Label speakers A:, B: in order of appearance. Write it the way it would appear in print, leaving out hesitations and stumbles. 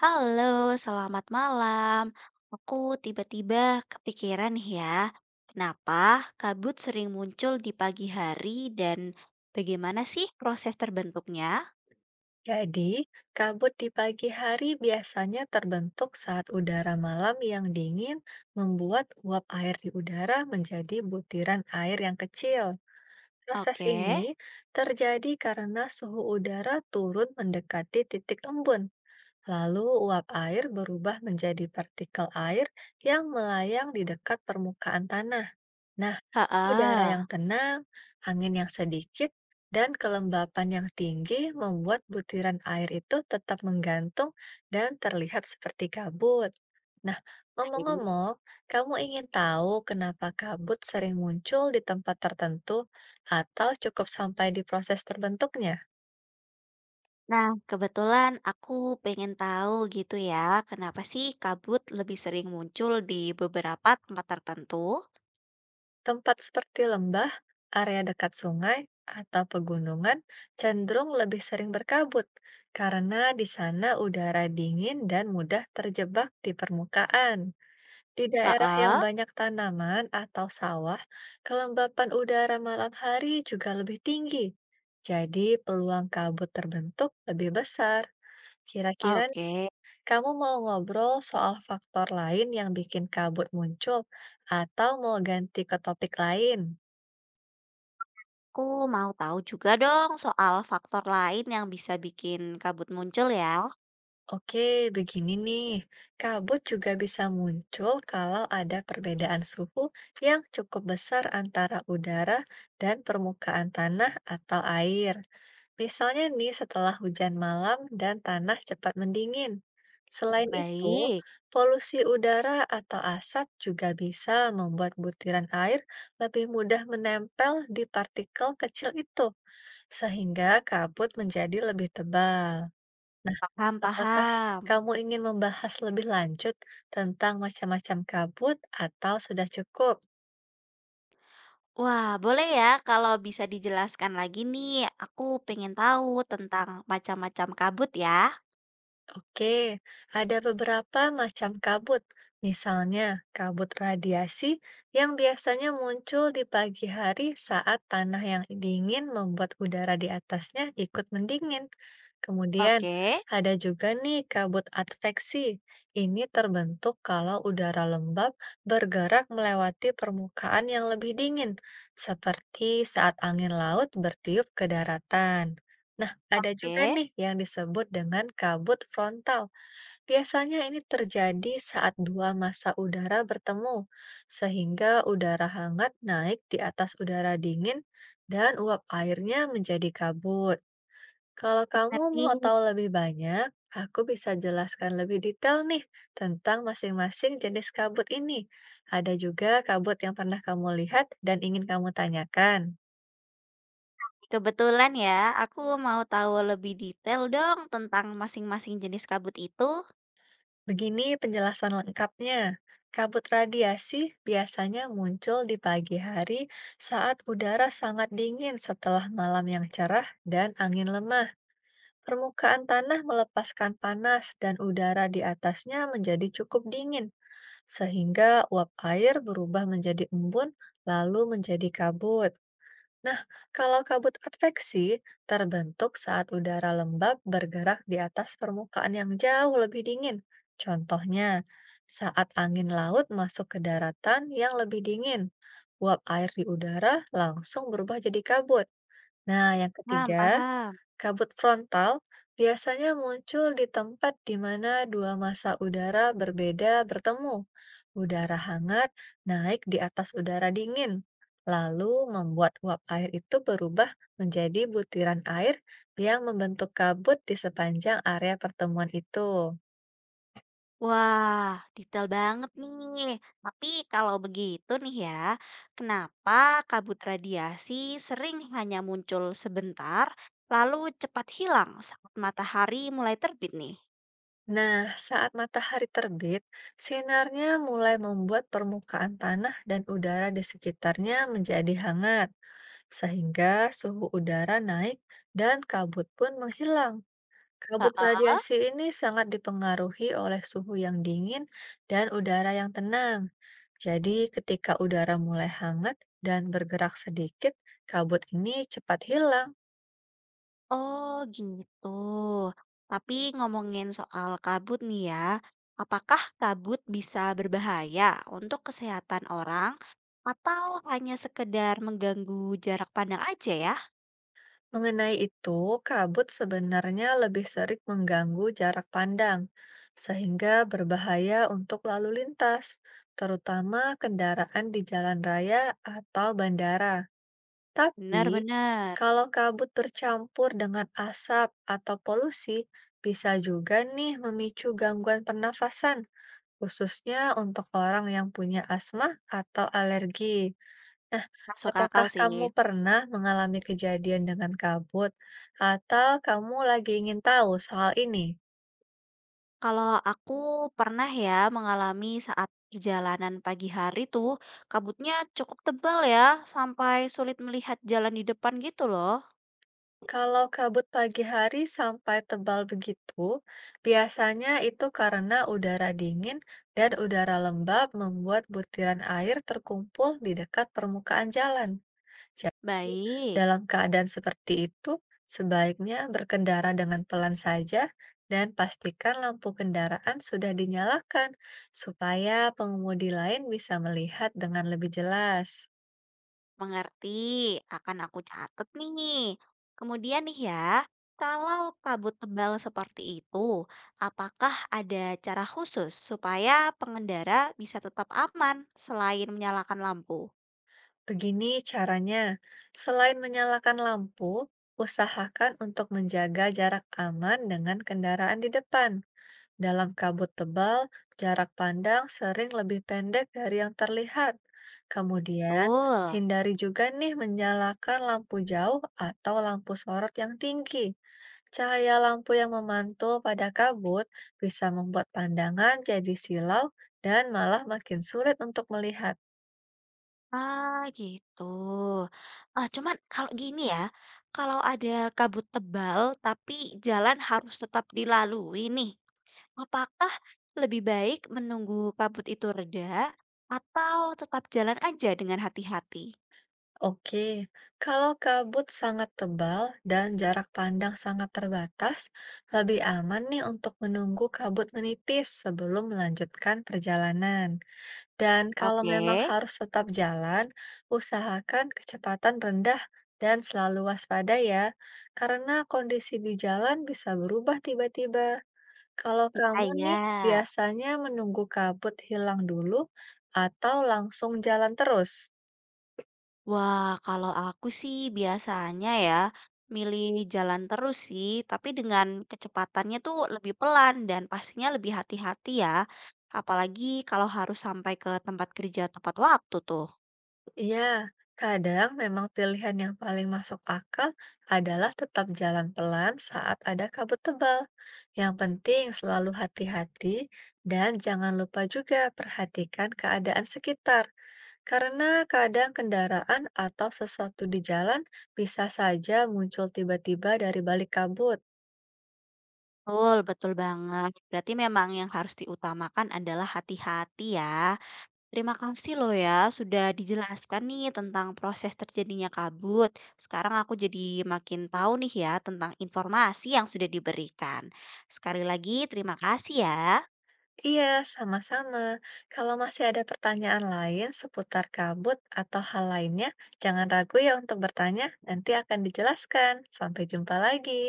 A: Halo, selamat malam. Aku tiba-tiba kepikiran nih ya, kenapa kabut sering muncul di pagi hari dan bagaimana sih proses terbentuknya?
B: Jadi, kabut di pagi hari biasanya terbentuk saat udara malam yang dingin membuat uap air di udara menjadi butiran air yang kecil. Proses
A: Oke,
B: ini terjadi karena suhu udara turun mendekati titik embun. Lalu uap air berubah menjadi partikel air yang melayang di dekat permukaan tanah. Nah, udara
A: heeh.
B: yang tenang, angin yang sedikit, dan kelembapan yang tinggi membuat butiran air itu tetap menggantung dan terlihat seperti kabut. Nah, ngomong-ngomong, kamu ingin tahu kenapa kabut sering muncul di tempat tertentu atau cukup sampai di proses terbentuknya?
A: Nah, kebetulan aku pengen tahu gitu ya, kenapa sih kabut lebih sering muncul di beberapa tempat tertentu?
B: Tempat seperti lembah, area dekat sungai, atau pegunungan cenderung lebih sering berkabut karena di sana udara dingin dan mudah terjebak di permukaan. Di daerah yang
A: Heeh,
B: banyak tanaman atau sawah, kelembapan udara malam hari juga lebih tinggi. Jadi, peluang kabut terbentuk lebih besar. Kira-kira nih,
A: oke.
B: kamu mau ngobrol soal faktor lain yang bikin kabut muncul, atau mau ganti ke topik lain?
A: Aku mau tahu juga dong soal faktor lain yang bisa bikin kabut muncul ya.
B: Oke, begini nih. Kabut juga bisa muncul kalau ada perbedaan suhu yang cukup besar antara udara dan permukaan tanah atau air. Misalnya nih setelah hujan malam dan tanah cepat mendingin. Selain itu,
A: Baik,
B: polusi udara atau asap juga bisa membuat butiran air lebih mudah menempel di partikel kecil itu, sehingga kabut menjadi lebih tebal. Apakah
A: paham-paham.
B: kamu ingin membahas lebih lanjut tentang macam-macam kabut atau sudah cukup?
A: Wah, boleh ya kalau bisa dijelaskan lagi nih. Aku pengen tahu tentang macam-macam kabut ya.
B: Oke, ada beberapa macam kabut, misalnya kabut radiasi yang biasanya muncul di pagi hari saat tanah yang dingin membuat udara di atasnya ikut mendingin. Kemudian,
A: Oke,
B: ada juga nih kabut adveksi. Ini terbentuk kalau udara lembab bergerak melewati permukaan yang lebih dingin, seperti saat angin laut bertiup ke daratan. Nah, ada juga
A: oke.
B: nih yang disebut dengan kabut frontal. Biasanya ini terjadi saat dua massa udara bertemu, sehingga udara hangat naik di atas udara dingin dan uap airnya menjadi kabut. Kalau kamu
A: Ngerti.
B: mau tahu lebih banyak, aku bisa jelaskan lebih detail nih tentang masing-masing jenis kabut ini. Ada juga kabut yang pernah kamu lihat dan ingin kamu tanyakan.
A: Kebetulan ya, aku mau tahu lebih detail dong tentang masing-masing jenis kabut itu.
B: Begini penjelasan lengkapnya. Kabut radiasi biasanya muncul di pagi hari saat udara sangat dingin setelah malam yang cerah dan angin lemah. Permukaan tanah melepaskan panas dan udara di atasnya menjadi cukup dingin, sehingga uap air berubah menjadi embun lalu menjadi kabut. Nah, kalau kabut adveksi terbentuk saat udara lembab bergerak di atas permukaan yang jauh lebih dingin. Contohnya, saat angin laut masuk ke daratan yang lebih dingin, uap air di udara langsung berubah jadi kabut. Nah, yang
A: Paham,
B: ketiga,
A: paham.
B: kabut frontal biasanya muncul di tempat di mana dua massa udara berbeda bertemu. Udara hangat naik di atas udara dingin, lalu membuat uap air itu berubah menjadi butiran air yang membentuk kabut di sepanjang area pertemuan itu.
A: Wah, detail banget nih. Tapi kalau begitu nih ya, kenapa kabut radiasi sering hanya muncul sebentar, lalu cepat hilang saat matahari mulai terbit nih?
B: Nah, saat matahari terbit, sinarnya mulai membuat permukaan tanah dan udara di sekitarnya menjadi hangat, sehingga suhu udara naik dan kabut pun menghilang. Kabut
A: Heeh.
B: radiasi ini sangat dipengaruhi oleh suhu yang dingin dan udara yang tenang. Jadi, ketika udara mulai hangat dan bergerak sedikit, kabut ini cepat hilang.
A: Oh, gitu. Tapi ngomongin soal kabut nih ya, apakah kabut bisa berbahaya untuk kesehatan orang atau hanya sekedar mengganggu jarak pandang aja ya?
B: Mengenai itu, kabut sebenarnya lebih sering mengganggu jarak pandang, sehingga berbahaya untuk lalu lintas, terutama kendaraan di jalan raya atau bandara. Tapi,
A: Benar-benar.
B: kalau kabut bercampur dengan asap atau polusi, bisa juga nih memicu gangguan pernafasan, khususnya untuk orang yang punya asma atau alergi. Nah,
A: Masuk
B: apakah
A: akal sih.
B: kamu pernah mengalami kejadian dengan kabut, atau kamu lagi ingin tahu soal ini?
A: Kalau aku pernah ya mengalami saat perjalanan pagi hari tuh kabutnya cukup tebal ya sampai sulit melihat jalan di depan gitu loh.
B: Kalau kabut pagi hari sampai tebal begitu, biasanya itu karena udara dingin dan udara lembab membuat butiran air terkumpul di dekat permukaan jalan. Jadi,
A: Baik,
B: dalam keadaan seperti itu, sebaiknya berkendara dengan pelan saja dan pastikan lampu kendaraan sudah dinyalakan supaya pengemudi lain bisa melihat dengan lebih jelas.
A: mengerti. Akan aku catat nih. Kemudian nih ya, kalau kabut tebal seperti itu, apakah ada cara khusus supaya pengendara bisa tetap aman selain menyalakan lampu?
B: Begini caranya, selain menyalakan lampu, usahakan untuk menjaga jarak aman dengan kendaraan di depan. Dalam kabut tebal, jarak pandang sering lebih pendek dari yang terlihat. Kemudian,
A: Betul.
B: hindari juga nih menyalakan lampu jauh atau lampu sorot yang tinggi. Cahaya lampu yang memantul pada kabut bisa membuat pandangan jadi silau dan malah makin sulit untuk melihat.
A: Ah, gitu. Ah, cuman kalau gini ya, kalau ada kabut tebal tapi jalan harus tetap dilalui nih, apakah lebih baik menunggu kabut itu reda atau tetap jalan aja dengan hati-hati?
B: Oke, kalau kabut sangat tebal dan jarak pandang sangat terbatas, lebih aman nih untuk menunggu kabut menipis sebelum melanjutkan perjalanan. Dan kalau
A: Oke,
B: memang harus tetap jalan, usahakan kecepatan rendah dan selalu waspada ya, karena kondisi di jalan bisa berubah tiba-tiba. Kalau
A: ya,
B: kamu
A: ya.
B: nih biasanya menunggu kabut hilang dulu atau langsung jalan terus?
A: Wah, kalau aku sih biasanya ya milih jalan terus sih, tapi dengan kecepatannya tuh lebih pelan dan pastinya lebih hati-hati ya. Apalagi kalau harus sampai ke tempat kerja tepat waktu tuh.
B: Iya, kadang memang pilihan yang paling masuk akal adalah tetap jalan pelan saat ada kabut tebal. Yang penting selalu hati-hati dan jangan lupa juga perhatikan keadaan sekitar, karena kadang kendaraan atau sesuatu di jalan bisa saja muncul tiba-tiba dari balik kabut.
A: Betul, betul banget. Berarti memang yang harus diutamakan adalah hati-hati ya. Terima kasih loh ya, sudah dijelaskan nih tentang proses terjadinya kabut. Sekarang aku jadi makin tahu nih ya tentang informasi yang sudah diberikan. Sekali lagi, terima kasih ya.
B: Iya, sama-sama. Kalau masih ada pertanyaan lain seputar kabut atau hal lainnya, jangan ragu ya untuk bertanya. Nanti akan dijelaskan. Sampai jumpa lagi.